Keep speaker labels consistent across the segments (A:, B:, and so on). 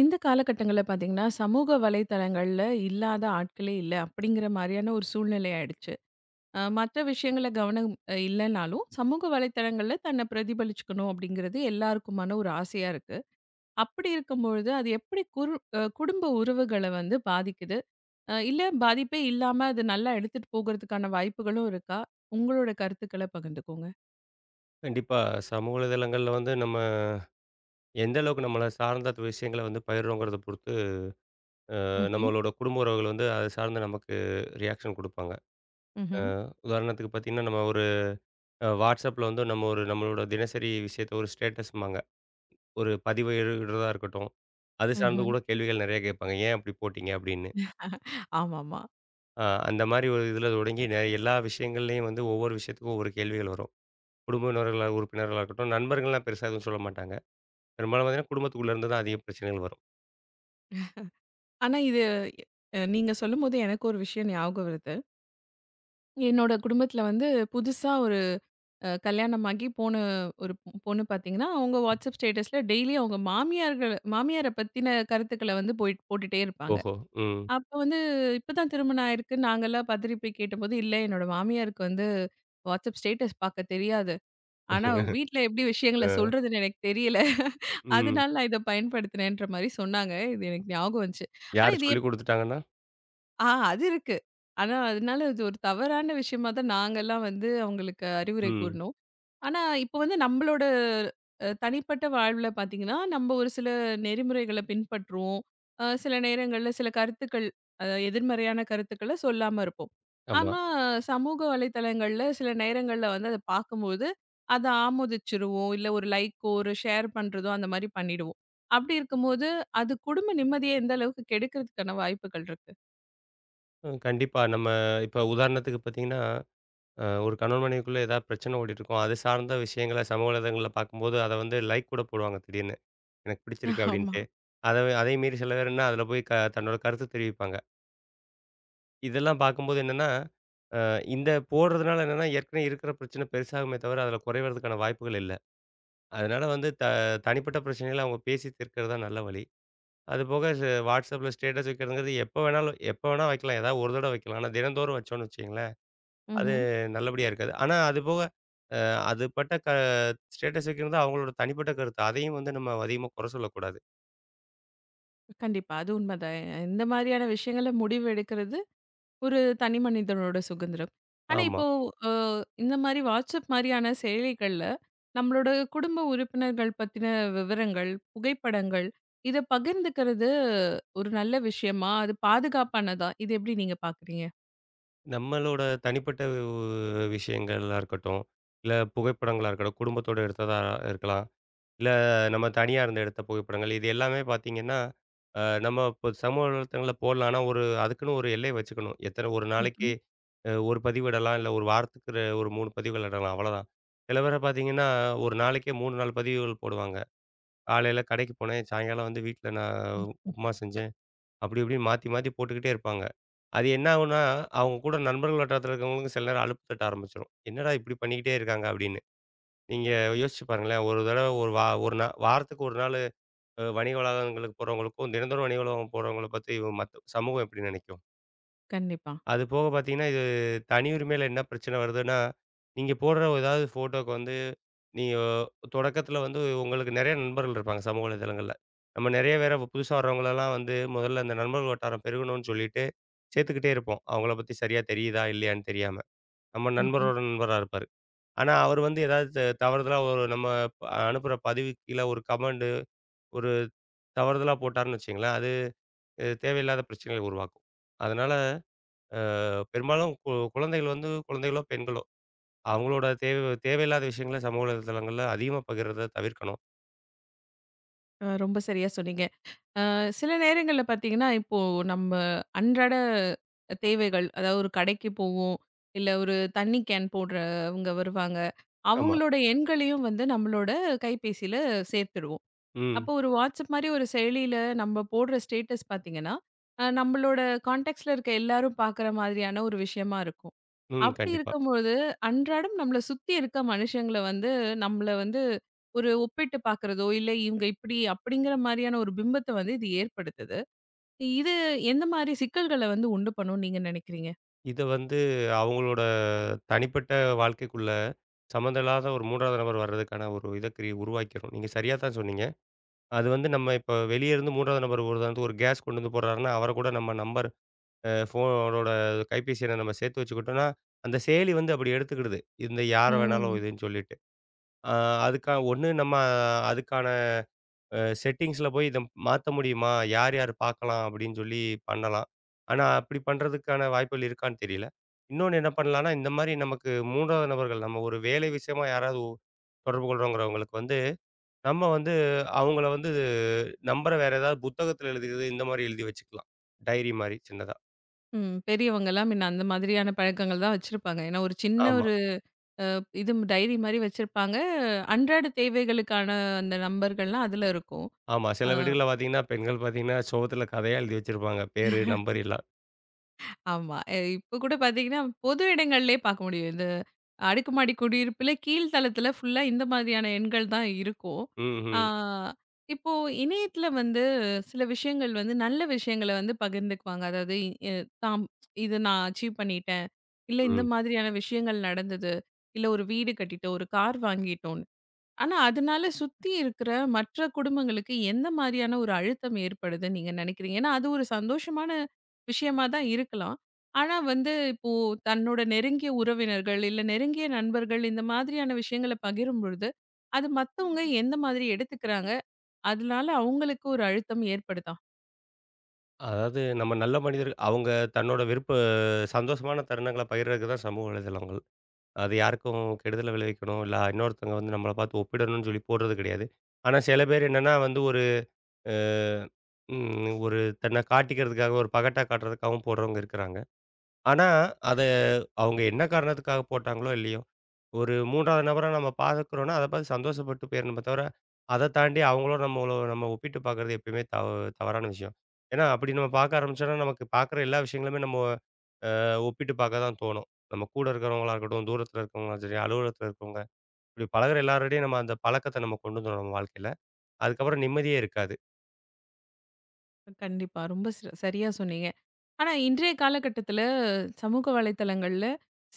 A: இந்த காலகட்டங்கள்ல பார்த்தீங்கன்னா, சமூக வலைதளங்கள்ல இல்லாத ஆட்களே இல்ல. அப்படிங்கிற மாரியான ஒரு சூழ்நிலை ஆயிடுச்சு. மத்த விஷயங்கள்ல கவனம் இல்லனாலும், சமூக வலைத்தளங்கள்ல தன்ன பிரதிபலிச்சுக்கணும் அப்படிங்கிறது எல்லாருக்குமான ஒரு ஆசையா இருக்கு. அப்படி இருக்கும்பொழுது, அது எப்படி குரு அ குடும்ப உறவுகள வந்து பாதிக்குது? இல்ல பாதிப்பே இல்லாம அது நல்லா எடுத்துட்டு போகறதுக்கான வாய்ப்புகளும் இருக்கா? உங்களோட கருத்துக்கள பகிர்ந்துக்கோங்க.
B: கண்டிப்பா. சமூக வலைதளங்கள்ல வந்து நம்ம எந்த அளவுக்கு நம்மள சார்ந்த விஷயங்கள வந்து பகிர்றோங்கிறத பொறுத்து,
A: ம்ஹ்ம்.
B: நம்மளோட குடும்ப உறவுகள் வந்து அத சார்ந்து நமக்கு ரியாக்ஷன் குடுப்பாங்க.
A: ம்ஹ்ம்.
B: உதாரணத்துக்கு பார்த்தீங்கன்னா, நம்ம ஒரு WhatsAppல வந்து நம்ம ஒரு நம்மளோட தினசரி விஷயத்த ஒரு ஸ்டேட்டஸ்ம்பாங்க. ஒரு பதிவு இடுறதா இருக்கட்டும், அது சார்ந்து
A: ம்ஹ்ம்.
B: கூட கேள்விகள் நெறைய கேட்பாங்க. "ஏன் அப்படி போட்டீங்க?" அப்படின்னு.
A: ஆமாமா.
B: அ அந்த மாரி ஒரு இதில தொடங்கி எல்லா விஷயங்கள்லயும் வந்து ஒவ்வொரு விஷயத்துக்கும் ஒவ்வொரு கேள்விகள் வரும். குடும்ப உறவினர்களா உறுப்பினர்களா இருக்கட்டும், நண்பர்கள்லாம் பெருசா எதுவும் சொல்ல மாட்டாங்க. பெரும்பாலும் பார்த்தீங்கன்னா, குடும்பத்துக்குள்ள இருந்து தான் அதிக பிரச்சனைகள் வரும்.
A: ஆனா இது எ நீங்க சொல்லும்போது எனக்கு ஒரு விஷயம் ஞாபகம் வருது. என்னோட குடும்பத்துல வந்து புதுசா ஒரு கல்யாணமாகி போன ஒரு பொண்ணு பார்த்தீங்கன்னா, அவங்க வாட்ஸ்அப் ஸ்டேட்டஸ்ல டெய்லி அவங்க மாமியார்கள் மாமியார பத்தின கருத்துக்கள வந்து போட்டுட்டே இருப்பாங்க.
B: ஓஹோ! ம்.
A: அப்ப வந்து இப்பதான் திருமணம் ஆயிருக்கு. நாங்கலாம் பதறி போய் கேட்டபோது, "இல்ல என்னோட மாமியாருக்கு வந்து வாட்ஸ்அப் ஸ்டேட்டஸ் பார்க்க தெரியாது. ஆனா அவங்க வீட்ல எப்படி விஷயங்கள
B: அ,
A: சொல்றதுன்னு எனக்கு தெரியல.
B: ம்.
A: அதனால நான் இத பயன்படுத்தினேன்ற" மாரி சொன்னாங்க. இது எனக்கு ஞாபகம் வந்துச்சு. ஆனா
B: யாரு
A: இது
B: சொல்லிக் குடுத்துட்டாங்கன்னா
A: ஆ அது இருக்கு. ஆனா, அதனால அது ஒரு தவறான விஷயமா தான் நாங்கலாம் வந்து அவங்களுக்கு அறிவுரை
B: ம்.
A: கூறினோம். ஆனா, இப்போ வந்து நம்மளோட தனிப்பட்ட வாழ்வுல பார்த்தீங்கன்னா, நம்ம ஒரு சில நெறிமுறைகள பின்பற்றுவோம். சில நேரங்கள்ல சில கருத்துக்கள் எதிர்மறையான கருத்துக்கள சொல்லாம இருப்போம்.
B: ஆமா.
A: ஆனா, சமூக வலைதளங்கள்ல சில நேரங்கள்ல வந்து அத பார்க்கும்போது, அத ஆமோதிச்சுருவோம். இல்ல ஒரு லைக்கோ, ஒரு ஷேர் பண்றதோ அந்த மாரி பண்ணிடுவோம். அப்படி இருக்கும்போது, அது குடும்ப நிம்மதிய எந்த அளவுக்கு கெடுக்கிறதுக்கான வாய்ப்புகள் இருக்கு?
B: கண்டிப்பா. நம்ம இப்ப உதாரணத்துக்கு பார்த்தீங்கன்னா, ஒரு கணவன் மனைவிக்குள்ள ஏதாவது பிரச்சனை ஓடிட்டுருக்கும். அது சார்ந்த விஷயங்கள சமூக வலைதளங்கள்ல பார்க்கும்போது, அத வந்து லைக் கூட போடுவாங்க திடீர்னு. எனக்கு பிடிச்சிருக்கு
A: ஆமா.
B: அப்படின்ட்டு. அத அதையும் மீறி சில பேர் என்ன, அதில போய் தன்னோட கருத்து தெரிவிப்பாங்க. இதெல்லாம் பார்க்கும்போது என்னன்னா, இந்த போடுறதுனால என்னன்னா, ஏற்கனவே இருக்கிற பிரச்சனை பெருசாகுமே தவிர, அதில குறைவதற்கான வாய்ப்புகள் இல்ல. அதனால வந்து தனிப்பட்ட பிரச்சனைகள அவங்க பேசி தீர்க்கிறது தான் நல்ல வழி. அது போக WhatsAppல ஸ்டேட்டஸ் வைக்கிறதுங்கிறது எப்போ வேணாலும் எப்போ வேணா வைக்கலாம். ஏதாவது ஒரு தடவ வைக்கலாம். ஆனா தினந்தோறும் வச்சோம்னு வச்சுக்கங்களேன், அது
A: ம்ஹ்ம்.
B: நல்லபடியா இருக்காது. ஆனா அது போக அ அதுபட்ட க ஸ்டேட்டஸ் வைக்கிறது அவங்களோட தனிப்பட்ட கருத்து. அதையும் வந்து நம்ம அதிகமா குறை சொல்லக்கூடாது.
A: கண்டிப்பா. அது உண்மதான். இந்த மாதிரியான விஷயங்கள்ல முடிவு எடுக்கிறது ஒரு தனி மனிதனோட சுதந்திரம். ஆனா
B: ஆமா.
A: இப்போ அ இந்த மாரி வாட்ஸ்அப் மாரியான செயலிகள்ல நம்மளோட குடும்ப உறுப்பினர்கள் பத்தின விவரங்கள், புகைப்படங்கள் இத பகிர்ந்துக்கிறது ஒரு நல்ல விஷயமா? அது பாதுகாப்பானதா? இது எப்படி நீங்க பார்க்குறீங்க?
B: நம்மளோட தனிப்பட்ட விஷயங்களா இருக்கட்டும், இல்ல புகைப்படங்களா இருக்கட்டும், குடும்பத்தோட எடுத்ததா இருக்கலாம். இல்ல நம்ம தனியா இருந்து எடுத்த புகைப்படங்கள். இது எல்லாமே பார்த்தீங்கன்னா, நம்ம இப்போ சமூக வலைத்தளங்கள்ல போடலாம். ஆனா, ஒரு அதுக்குன்னு ஒரு எல்லை வச்சுக்கணும். எத்தன ஒரு நாளைக்கு
A: ம்ஹ்ம்.
B: 1 பதிவு இடலாம். இல்ல ஒரு வாரத்துக்கு ஒரு 3 பதிவுகள் இடலாம். அவ்வளோதான். சில பேர பார்த்தீங்கன்னா, ஒரு நாளைக்கே 3, 4 பதிவுகள் போடுவாங்க. காலையில கடைக்கு போனேன், சாயங்காலம் வந்து வீட்ல நான்
A: ம்.
B: உப்புமா செஞ்சேன். அப்படி இப்படின்னு மாத்தி மாத்தி போட்டுக்கிட்டே இருப்பாங்க. அது என்ன ஆகும்னா, அவங்க கூட நண்பர்கள் வட்டாரத்தில இருக்கிறவங்களுக்கு சில நேரம் அலுப்பு தட்ட ஆரம்பிச்சுரும். என்னடா இப்படி பண்ணிக்கிட்டே இருக்காங்க அப்படின்னு. நீங்க யோசிச்சு பாருங்களேன். ஒரு தடவ ஒரு வா ஒரு நா வாரத்துக்கு ஒரு நாளு வணிக வளாகங்களுக்கு போறவங்களுக்கும், தினந்தோறும் வணிக வளாகம் போறவங்கள பத்தி இவ மத்த சமூகம் எப்படி நினைக்கும்?
A: கண்டிப்பா.
B: அது போக பார்த்தீங்கன்னா, இது தனி உரிமையில என்ன பிரச்சனை வருதுன்னா, நீங்க போடுற ஏதாவது ஃபோட்டோக்கு வந்து நீங்க தொடக்கத்தில வந்து உங்களுக்கு நெறைய நண்பர்கள் இருப்பாங்க சமூக வலைதளங்கள்ல. நம்ம நெறைய பேர புதுசா வர்றவங்களலாம் வந்து முதல்ல அந்த நண்பர்கள் வட்டாரம் பெருகணும்னு சொல்லிட்டு சேர்த்துக்கிட்டே இருப்போம். அவங்கள பத்தி சரியா தெரியுதா? இல்லையான்னு தெரியாம. நம்ம
A: ம்ஹ்ம்.
B: நண்பரோட நண்பரா இருப்பாரு. ஆனா, அவரு வந்து ஏதாவது தவறுதலா ஒரு நம்ம அனுப்புற பதிவுக்கு கீழ ஒரு கமெண்ட் ஒரு தவறுதலா போட்டார்ன்னு வச்சுக்கங்களேன், அது தேவையில்லாத பிரச்சனைகள உருவாக்கும். அதனால பெரும்பாலும் குழந்தைகள் வந்து குழந்தைகளோ, பெண்களோ அவங்களோட தேவையில்லாத விஷயங்கள சமூக வலைதளங்கள்ல அதிகமா பகிர்றத தவிர்க்கணும்.
A: ரொம்ப சரியா சொன்னீங்க. சில நேரங்கள்ல பார்த்தீங்கன்னா, இப்போ நம்ம அன்றாட தேவைகள், அதாவது ஒரு கடைக்கு போவோம். இல்ல ஒரு தண்ணி கேன் போடுறவங்க வருவாங்க.
B: ஆமா.
A: அவங்களோட எண்களையும் வந்து நம்மளோட கைபேசியில சேர்த்துடுவோம்.
B: ம்.
A: அப்போ ஒரு வாட்ஸ்அப் மாரி ஒரு செயலியில நம்ம போடுற ஸ்டேட்டஸ் பார்த்தீங்கன்னா, நம்மளோட கான்டாக்ட்ஸ்ல இருக்க எல்லாரும் பார்க்குற மாதிரியான ஒரு விஷயமா இருக்கும்.
B: ம்.
A: அப்படி
B: கண்டிப்பா.
A: இருக்கும்போது, அன்றாடம் நம்மள சுத்தி இருக்க மனுஷங்கள வந்து, நம்மள வந்து ஒரு ஒப்பிட்டு பார்க்குறதோ, இல்ல இவங்க இப்படி அப்படிங்கிற மாரியான ஒரு பிம்பத்த வந்து இது ஏற்படுத்துது. இது எந்த மாரி சிக்கல்கள வந்து உண்டு பண்ணும்னு நீங்க நினைக்கிறீங்க?
B: இத வந்து அவங்களோட தனிப்பட்ட வாழ்க்கைக்குள்ள சம்மந்தம் இல்லாத ஒரு 3வது நபர் வர்றதுக்கான ஒரு இத கிரி உருவாக்கிரும். நீங்க சரியா தான் சொன்னீங்க. அது வந்து நம்ம இப்போ வெளிய இருந்து 3வது நபர் உதாரணத்துக்கு ஒரு கேஸ் கொண்டு வந்து போடுறாருன்னா, அவர கூட நம்ம நம்பர் அ ஃபோனோட கைபேசி எண்ண நம்ம சேர்த்து வச்சுக்கிட்டோம்னா, அந்த செயலி வந்து அப்படி எடுத்துக்கிடுது. இந்த யார் வேணாலும்
A: ம்.
B: இதுன்னு சொல்லிட்டு. அ அதுக்கா ஒண்ணு நம்ம அதுக்கான செட்டிங்ஸ்ல போய் இத மாத்த முடியுமா? யார் யார் பார்க்கலாம் அப்படின்னு சொல்லி பண்ணலாம். ஆனா அப்படி பண்றதுக்கான வாய்ப்புகள் இருக்கான்னு தெரியல. இன்னொன்னு என்ன பண்ணலாம்னா, இந்த மாரி நமக்கு 3வது நபர்கள் நம்ம ஒரு வேலை விஷயமா யாராவது தொடர்பு கொள்றோங்கிறவங்களுக்கு வந்து நம்ம வந்து அவங்கள வந்து நம்புற வேற ஏதாவது புத்தகத்துல எழுதியது, இந்த மாரி எழுதி வச்சுக்கலாம். டைரி மாரி சின்னதா.
A: ம். பெரியவங்கலாம் முன்ன அந்த மாதிரியான பழக்கங்கள் தான் வச்சிருப்பாங்க. ஏன்னா ஒரு சின்ன
B: ஆமா,
A: இது டைரி மாரி வச்சிருப்பாங்க. அன்றாட தேவைகளுக்கான அந்த நம்பர்கள்லாம் அதுல இருக்கும்.
B: ஆமா.
A: அ
B: சில வீடுகள்ல பார்த்தீங்கன்னா, பெண்கள் பார்த்தீங்கன்னா, சுவத்துல கதையா எழுதி வச்சிருப்பாங்க. பேரு, நம்பர் எல்லாம்.
A: ஆமா. இப்ப கூட பாத்தீங்கன்னா, பொது இடங்கள்லயே பாக்க முடியும். இந்த அடுக்குமாடி குடியிருப்புல கீழ் தளத்துல ஃபுல்லா இந்த மாதிரியான எண்கள் தான் இருக்கும். ஆ
B: ம்ஹ்ம்.
A: இப்போ இணையத்துல வந்து சில விஷயங்கள் வந்து நல்ல விஷயங்கள வந்து பகிர்ந்துக்குவாங்க. அதாவது எ தாம் "இது நான் அச்சீவ் பண்ணிட்டேன்", இல்ல
B: ம்.
A: "இந்த மாதிரியான விஷயங்கள் நடந்தது", இல்ல "ஒரு வீடு கட்டிட்டோம், ஒரு கார் வாங்கிட்டோம்". ஆனா, அதனால சுத்தி இருக்கிற மற்ற குடும்பங்களுக்கு எந்த மாரியான ஒரு அழுத்தம் ஏற்படுதுன்னு நீங்க நினைக்கிறீங்க? ஏன்னா, அது ஒரு சந்தோஷமான விஷயமா தான் இருக்கலாம். ஆனா வந்து இப்போ தன்னோட நெருங்கிய உறவினர்கள், இல்ல நெருங்கிய நண்பர்கள் இந்த மாதிரியான விஷயங்கள பகிரும் பொழுது, அது மத்தவங்க எந்த மாதிரி எடுத்துக்கிறாங்க? அதனால அவங்களுக்கு ஒரு அழுத்தம் ஏற்படுதா?
B: அதாவது நம்ம நல்ல மனிதர் அவங்க தன்னோட விருப்ப சந்தோஷமான தருணங்கள பகிர்றதுக்கு தான் சமூக வலைதளங்கள். அது யாருக்கும் கெடுதல விளைவிக்கணும், இல்ல இன்னொருத்தவங்க வந்து நம்மள பார்த்து ஒப்பிடணும்னு சொல்லி போடுறது கிடையாது. ஆனா சில பேர் என்னன்னா வந்து ஒரு அ ஒரு தன்னை காட்டிக்கிறதுக்காக, ஒரு பகட்டா காட்டுறதுக்காகவும் போடுறவங்க இருக்கிறாங்க. ஆனா, அத அவங்க என்ன காரணத்துக்காக போட்டாங்களோ, இல்லையோ, ஒரு 3வது நபரா நம்ம பார்க்குறோம்னா, அத பார்த்து சந்தோஷப்பட்டு போயிரணுமே தவிர, அத தாண்டி அவங்களோட நம்மள நம்ம ஒப்பிட்டு பார்க்குறது எப்பயுமே தவறான விஷயம். ஏன்னா, அப்படி நம்ம பார்க்க ஆரம்பிச்சோம்னா, நமக்கு பார்க்குற எல்லா விஷயங்களுமே நம்ம ஒப்பிட்டு பார்க்க தான் தோணும். நம்ம கூட இருக்கிறவங்களா இருக்கட்டும், தூரத்தில இருக்கிறவங்களும் சரி, அலுவலகத்தில இருக்கிறவங்க, இப்படி பழகுற எல்லாரோடையும் நம்ம அந்த பழக்கத்த நம்ம கொண்டு வந்துரும் நம்ம வாழ்க்கையில. அதுக்கப்புறம் நிம்மதியே இருக்காது.
A: கண்டிப்பா. ரொம்ப ஸ் சரியா சொன்னீங்க. ஆனா இன்றைய காலகட்டத்தில சமூக வலைத்தளங்கள்ல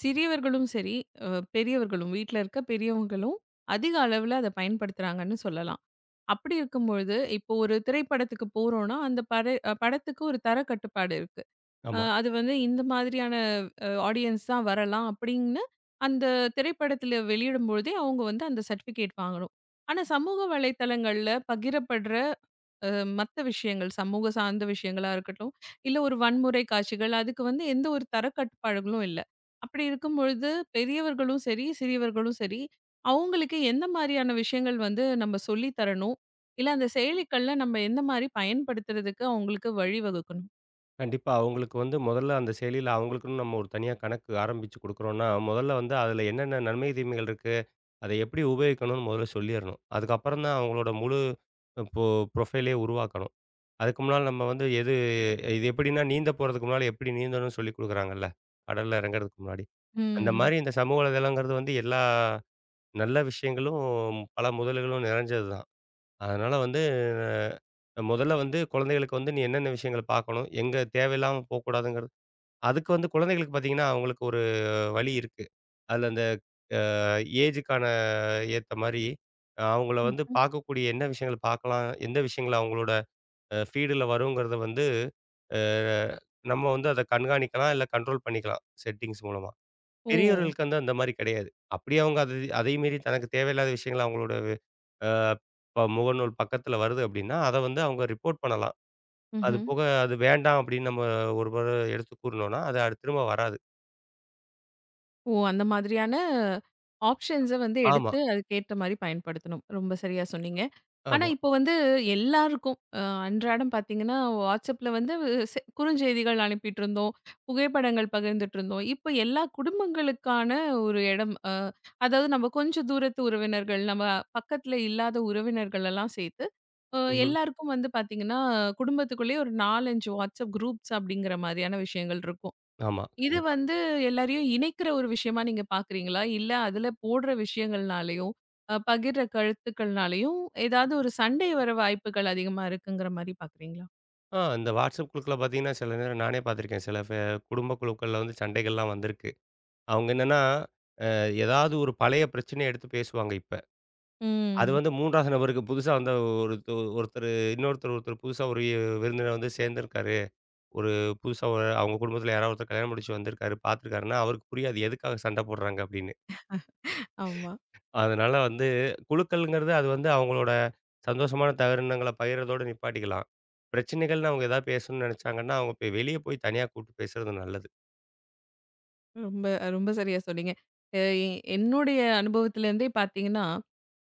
A: சிறியவர்களும் சரி, அ பெரியவர்களும் வீட்ல இருக்க பெரியவங்களும் அதிக அளவுல அத பயன்படுத்துறாங்கன்னு சொல்லலாம். அப்படி இருக்கும்பொழுது, இப்போ ஒரு திரைப்படத்துக்கு போறோம்னா, அந்த பட படத்துக்கு ஒரு தர கட்டுப்பாடு இருக்கு.
B: நம்ம
A: அது வந்து இந்த மாதிரியான ஆடியன்ஸ் தான் வரலாம் அப்படின்னு அந்த திரைப்படத்தில வெளியிடும்பொழுதே அவங்க வந்து அந்த சர்டிஃபிகேட் வாங்கணும். ஆனா சமூக வலைத்தளங்கள்ல பகிரப்படுற மற்ற விஷயங்கள், சமூக சார்ந்த விஷயங்களா இருக்கட்டும், இல்ல ஒரு வன்முறை காட்சிகள், அதுக்கு வந்து எந்த ஒரு தரக்கட்டுப்பாடுகளும் இல்ல. அப்படி இருக்கும் பொழுது பெரியவர்களும் சரி, சிறியவர்களும் சரி, அவங்களுக்கு எந்த மாதிரியான விஷயங்கள் வந்து நம்ம சொல்லி தரணும்? இல்ல அந்த செயலிகள்ல நம்ம எந்த மாரி பயன்படுத்துறதுக்கு அவங்களுக்கு வழிவகுக்கணும்?
B: கண்டிப்பா. அவங்களுக்கு வந்து முதல்ல அந்த செயலியில அவங்களுக்குன்னு நம்ம ஒரு தனியா கணக்கு ஆரம்பிச்சு குடுக்குறோம்னா, முதல்ல வந்து அதில என்னென்ன நன்மை, தீமைகள் இருக்கு, அதை எப்படி உபயோகிக்கணும்னு முதல்ல சொல்லிறணும். அதுக்கப்புறம் தான் அவங்களோட முழு இப்போ ப்ரொஃபைலே உருவாக்கணும். அதுக்கு முன்னால நம்ம வந்து இது எப்படின்னா நீந்த போறதுக்கு முன்னால எப்படி நீந்தணும்னு சொல்லிக் குடுக்குறாங்கல்ல, கடல்ல இறங்குறதுக்கு முன்னாடி. அந்த
A: ம்.
B: மாரி இந்த சமூக வலைதளங்கிறது வந்து எல்லா நல்ல விஷயங்களும், பல முதல்களும் நிறைஞ்சது தான். அதனால வந்து முதல்ல வந்து குழந்தைகளுக்கு வந்து நீ என்னென்ன விஷயங்கள் பார்க்கணும், எங்க தேவையில்லாம போக்கூடாதுங்கிறத அதுக்கு வந்து குழந்தைகளுக்கு பார்த்தீங்கன்னா, அவங்களுக்கு ஒரு வழி இருக்கு. அதுல அந்த ஏஜுக்கான ஏத்த மாரி, அவங்கள வந்து
A: ம்.
B: பார்க்கக்கூடிய என்ன விஷயங்கள் பார்க்கலாம், எந்த விஷயங்கள் அவங்களோட ஃபீடுல வருங்கிறத வந்து, அ நம்ம வந்து அத கண்காணிக்கலாம், இல்ல கண்ட்ரோல் பண்ணிக்கலாம் செட்டிங்ஸ் மூலமா.
A: ஓ!
B: பெரியவர்களுக்கு வந்து அந்த மாரி கிடையாது. அப்படியே அவங்க அது அதை மீறி தனக்கு தேவையில்லாத விஷயங்கள் அவங்களோட அ முகநூல் பக்கத்துல வருது அப்படின்னா, அத வந்து அவங்க ரிப்போர்ட் பண்ணலாம். அது
A: ம்ஹ்ம்.
B: போக அது வேண்டாம் அப்படின்னு நம்ம ஒரு முறை எடுத்து கூறுனோம்னா, அது திரும்ப வராது.
A: ஓ! அந்த மாதிரியான ஆப்ஷன்ஸ வந்து
B: ஆமா,
A: எடுத்து அதுக்கேத்த மாரி பயன்படுத்தணும். ரொம்ப சரியா சொன்னீங்க. ஆனா,
B: ஆமா.
A: இப்போ வந்து எல்லாருக்கும் அன்றாடம் பார்த்தீங்கன்னா, WhatsAppல வந்து குறுஞ்செய்திகள் அனுப்பிட்டுருந்தோம். புகைப்படங்கள் பகிர்ந்துட்டுருந்தோம். இப்போ எல்லா குடும்பங்களுக்கான ஒரு இடம், அதாவது நம்ம கொஞ்சம் தூரத்து உறவினர்கள், நம்ம பக்கத்துல இல்லாத உறவினர்கள் எல்லாம் சேர்த்து, அ
B: ம்ஹ்ம்.
A: எல்லாருக்கும் வந்து பார்த்தீங்கன்னா, குடும்பத்துக்குள்ளேயே ஒரு 4, 5 WhatsApp குரூப்ஸ் அப்படிங்கிற மாதிரியான விஷயங்கள் இருக்கும்.
B: ஆமா,
A: இது
B: கண்டிப்பா.
A: வந்து எல்லாரையும் இணைக்கிற ஒரு விஷயமா நீங்க பார்க்குறீங்களா? இல்ல அதுல போடுற விஷயங்கள்னாலயும், பகிர்ற கருத்துக்கள்னாலயும் ஏதாவது ஒரு சண்டை வர வாய்ப்புகள் அதிகமா இருக்குங்கிற மாரி பார்க்குறீங்களா?
B: இந்த WhatsApp குழுக்கள பார்த்தீங்கன்னா, சில நேரம் நானே பார்த்துருக்கேன். சில குடும்ப குழுக்கள்ல வந்து சண்டைகள்லாம் வந்திருக்கு. அவங்க என்னன்னா, ஏதாவது ஒரு பழைய பிரச்சனைய எடுத்து பேசுவாங்க இப்ப. அது
A: ம்.
B: வந்து 3வது நபருக்கு புதுசா வந்த ஒருத்த ஒருத்தரு ஒருத்தர் புதுசா ஒரு விருந்தினர் வந்து சேர்ந்திருக்காரு. ஒரு புதுசா ஒரு அவங்க குடும்பத்தில யாராவது ஒருத்தர் கல்யாணம் முடிச்சு வந்திருக்காரு, பார்த்துருக்காருன்னா அவருக்கு புரியாது எதுக்காக சண்டை போடுறாங்க அப்படின்னு.
A: ஆமா.
B: அதனால வந்து குழுக்கள்ங்கிறது அது வந்து அவங்களோட சந்தோஷமான தருணங்கள பகிர்றதோட நிப்பாட்டிக்கலாம். பிரச்சனைகள்னு அவங்க ஏதாவது பேசணும்னு நெனைச்சாங்கன்னா, அவங்க போய் வெளிய போய் தனியா கூப்ட்டு பேசுறது நல்லது.
A: ரொம்ப ரொம்ப சரியா சொன்னீங்க. அ எ என்னுடைய அனுபவத்திலேருந்தே பார்த்தீங்கன்னா,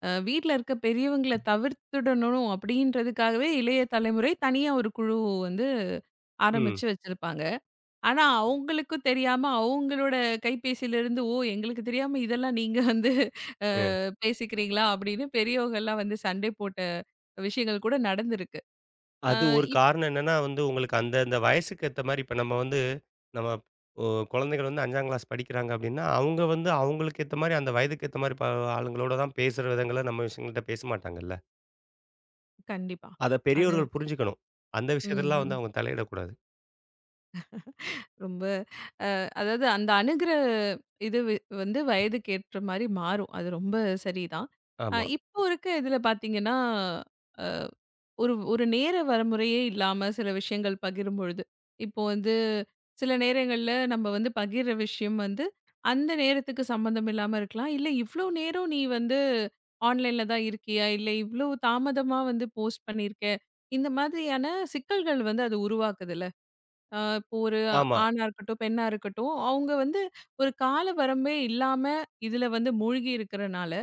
A: வீட்ல இருக்க பெரியவங்கள தவிர்த்துடணும் அப்படின்றதுக்காகவே இளைய தலைமுறை தனியா ஒரு குழு வந்து
B: ம்.
A: ஆரம்பிச்சு வச்சிருப்பாங்க. ஆனா, அவங்களுக்கும் தெரியாம அவங்களோட கைபேசியிலருந்து, "ஓ! எங்களுக்கு தெரியாம இதெல்லாம் நீங்க வந்து
B: அ.
A: பேசிக்கிறீங்களா?" அப்படின்னு பெரியவங்கலாம் வந்து சண்டை போட்ட விஷயங்கள் கூட நடந்திருக்கு. அ
B: அது ஒரு
A: இப்
B: காரணம் என்னன்னா வந்து உங்களுக்கு அந்த அந்த வயசுக்கு ஏத்த மாரி இப்ப நம்ம வந்து நம்ம ஒ குழந்தைகள் வந்து 5ஆம் கிளாஸ் படிக்கிறாங்க அப்டின்னா, அவங்க வந்து அவங்களுக்கு ஏத்த மாரி அந்த வயதுக்கு ஏத்த மாரி ஆளுங்களோட தான் பேசுற விதங்கள நம்ம விஷயங்கள்ட்ட பேச மாட்டாங்கல்ல.
A: கண்டிப்பா.
B: அத
A: அது
B: பெரியவர்கள் புரிஞ்சுக்கணும். அந்த
A: ம்,
B: விஷயத்தலாம் வந்து
A: ம்.
B: அவங்க தலையிடக்கூடாது.
A: ரொம்ப அதாவது அந்த அணுகுற இது வந்து வயதுக்கு ஏற்ற மாரி மாறும். அது ரொம்ப சரிதான்.
B: ஆமா.
A: இப்போ இருக்க இதில பார்த்தீங்கன்னா ஒரு ஒரு நேர வரமுறையே இல்லாம சில விஷயங்கள் பகிரும்பொழுது, இப்போ வந்து சில நேரங்கள்ல நம்ம வந்து பகிர்ற விஷயம் வந்து, அந்த நேரத்துக்கு சம்மந்தம் இல்லாம இருக்கலாம். இல்ல இவ்ளோ நேரம் நீ வந்து ஆன்லைன்ல தான் இருக்கியா? இல்ல இவ்ளோ தாமதமா வந்து போஸ்ட் பண்ணியிருக்க. இந்த மாதிரியான சிக்கல்கள் வந்து அது உருவாக்குதுல்ல. இப்போ ஒரு
B: ஆமா.
A: ஆணா இருக்கட்டும், பெண்ணா இருக்கட்டும், அவங்க வந்து ஒரு கால வரம்பே இல்லாம இதுல வந்து மூழ்கி இருக்கிறனால,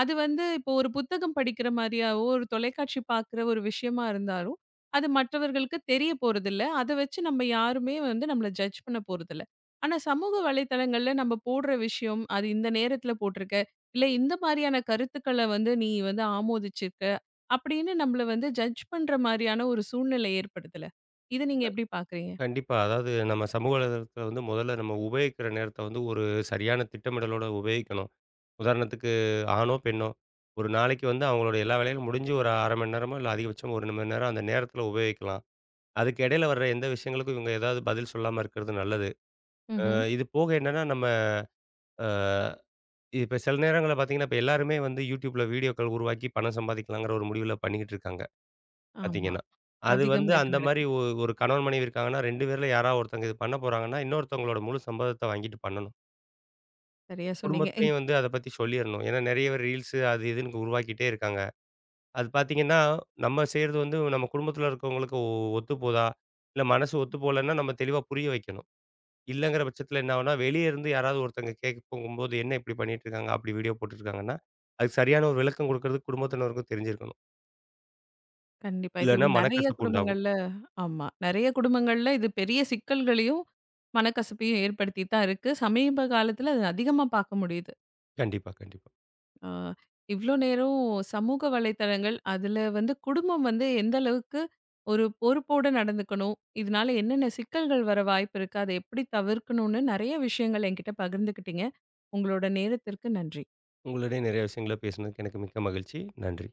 A: அது வந்து இப்போ ஒரு புத்தகம் படிக்கிற மாரியாவோ, ஒரு தொலைக்காட்சி பார்க்குற ஒரு விஷயமா இருந்தாலும், அது மற்றவர்களுக்கு தெரிய போறதில்ல. அத வச்சு நம்ம யாருமே வந்து நம்மள ஜட்ஜ் பண்ண போறதில்ல. ஆனா சமூக வலைதளங்கள்ல நம்ம போடுற விஷயம், அது இந்த நேரத்தில போட்டிருக்க, இல்ல இந்த மாரியான கருத்துக்கள வந்து நீ வந்து ஆமோதிச்சிருக்க, அப்படின்னு நம்மள வந்து ஜட்ஜ் பண்ற மாரியான ஒரு சூழ்நிலை ஏற்படுதுல. இத நீங்க எப்படி பார்க்குறீங்க?
B: கண்டிப்பா. அதாவது நம்ம சமூக வலைதளத்தில வந்து முதல்ல நம்ம உபயோகிக்கிற நேரத்த வந்து ஒரு சரியான திட்டமிடலோட உபயோகிக்கணும். உதாரணத்துக்கு ஆணோ, பெண்ணோ ஒரு நாளைக்கு வந்து அவங்களோட எல்லா வேலைகளும் முடிஞ்சு ஒரு 1/2 மணி நேரமோ, இல்ல அதிகபட்சம் 1 மணி நேரம் அந்த நேரத்தில உபயோகிக்கலாம். அதுக்கு இடையில வர்ற எந்த விஷயங்களுக்கும் இவங்க ஏதாவது பதில் சொல்லாம இருக்கிறது நல்லது. அ
A: ம்ஹ்ம்.
B: இது போக என்னன்னா நம்ம அ இப்ப சில நேரங்கள்ல பார்த்தீங்கன்னா, இப்ப எல்லாருமே வந்து YouTubeல வீடியோக்கள் உருவாக்கி பணம் சம்பாதிக்கலாங்கிற ஒரு முடிவுல பண்ணிக்கிட்டு இருக்காங்க.
A: ஆமா.
B: பார்த்தீங்கன்னா. அது
A: அதிகமா
B: வந்து அந்த
A: இது
B: மாரி
A: நடக்குது.
B: ஒரு கணவன், மனைவி இருக்காங்கன்னா, 2 பேர்ல யாராவது ஒருத்தவங்க இது பண்ண போறாங்கன்னா, இன்னொருத்தவங்களோட முழு சம்மதத்த வாங்கிட்டு பண்ணணும்.
A: சரியா சொன்னீங்க.
B: குடும்பத்திலயும் வந்து அத பத்தி சொல்லிறணும். ஏன்னா நெறைய பேர் ரீல்ஸு அது இதுன்னு உருவாக்கிட்டே இருக்காங்க. அது பார்த்தீங்கன்னா, நம்ம செய்றது வந்து நம்ம குடும்பத்தில இருக்கவங்களுக்கு ஒத்து போதா? இல்ல மனசு ஒத்து போலன்னா, நம்ம தெளிவா புரிய வைக்கணும். இல்லங்கிற பட்சத்தில என்ன ஆகும்னா, வெளிய இருந்து யாராவது ஒருத்தங்க கேட்க போகும்போது, "என்ன இப்படி பண்ணிட்டுருக்காங்க? அப்படி வீடியோ போட்டுட்டுருக்காங்கன்னா" அதுக்கு சரியான ஒரு விளக்கம் குடுக்கறதுக்கு குடும்பத்தினருக்கும் தெரிஞ்சிருக்கணும்.
A: கண்டிப்பா. இது
B: இல்லன்னா
A: நெறைய
B: மனக்கசப்பு உண்டாகும்.
A: குடும்பங்கள்ல ஆமா. நெறைய குடும்பங்கள்ல இது பெரிய சிக்கல்களையும், மனக்கசப்பையும் ஏற்படுத்திட்டு தான் இருக்கு. சமீப காலத்துல அது அதிகமா பார்க்க முடியுது.
B: கண்டிப்பா, கண்டிப்பா.
A: அ இவ்ளோ நேரம் சமூக வலைத்தளங்கள், அதுல வந்து குடும்பம் வந்து எந்த அளவுக்கு ஒரு பொறுப்போட நடந்துக்கணும், இதனால என்னென்ன சிக்கல்கள் வர வாய்ப்பு இருக்கு, அத எப்படி தவிர்க்கணும்னு நெறைய விஷயங்கள் என்கிட்ட பகிர்ந்துக்கிட்டீங்க. உங்களோட நேரத்திற்கு நன்றி.
B: உங்களுடைய நிறைய விஷயங்கள பேசினதுக்கு எனக்கு மிக்க மகிழ்ச்சி. நன்றி.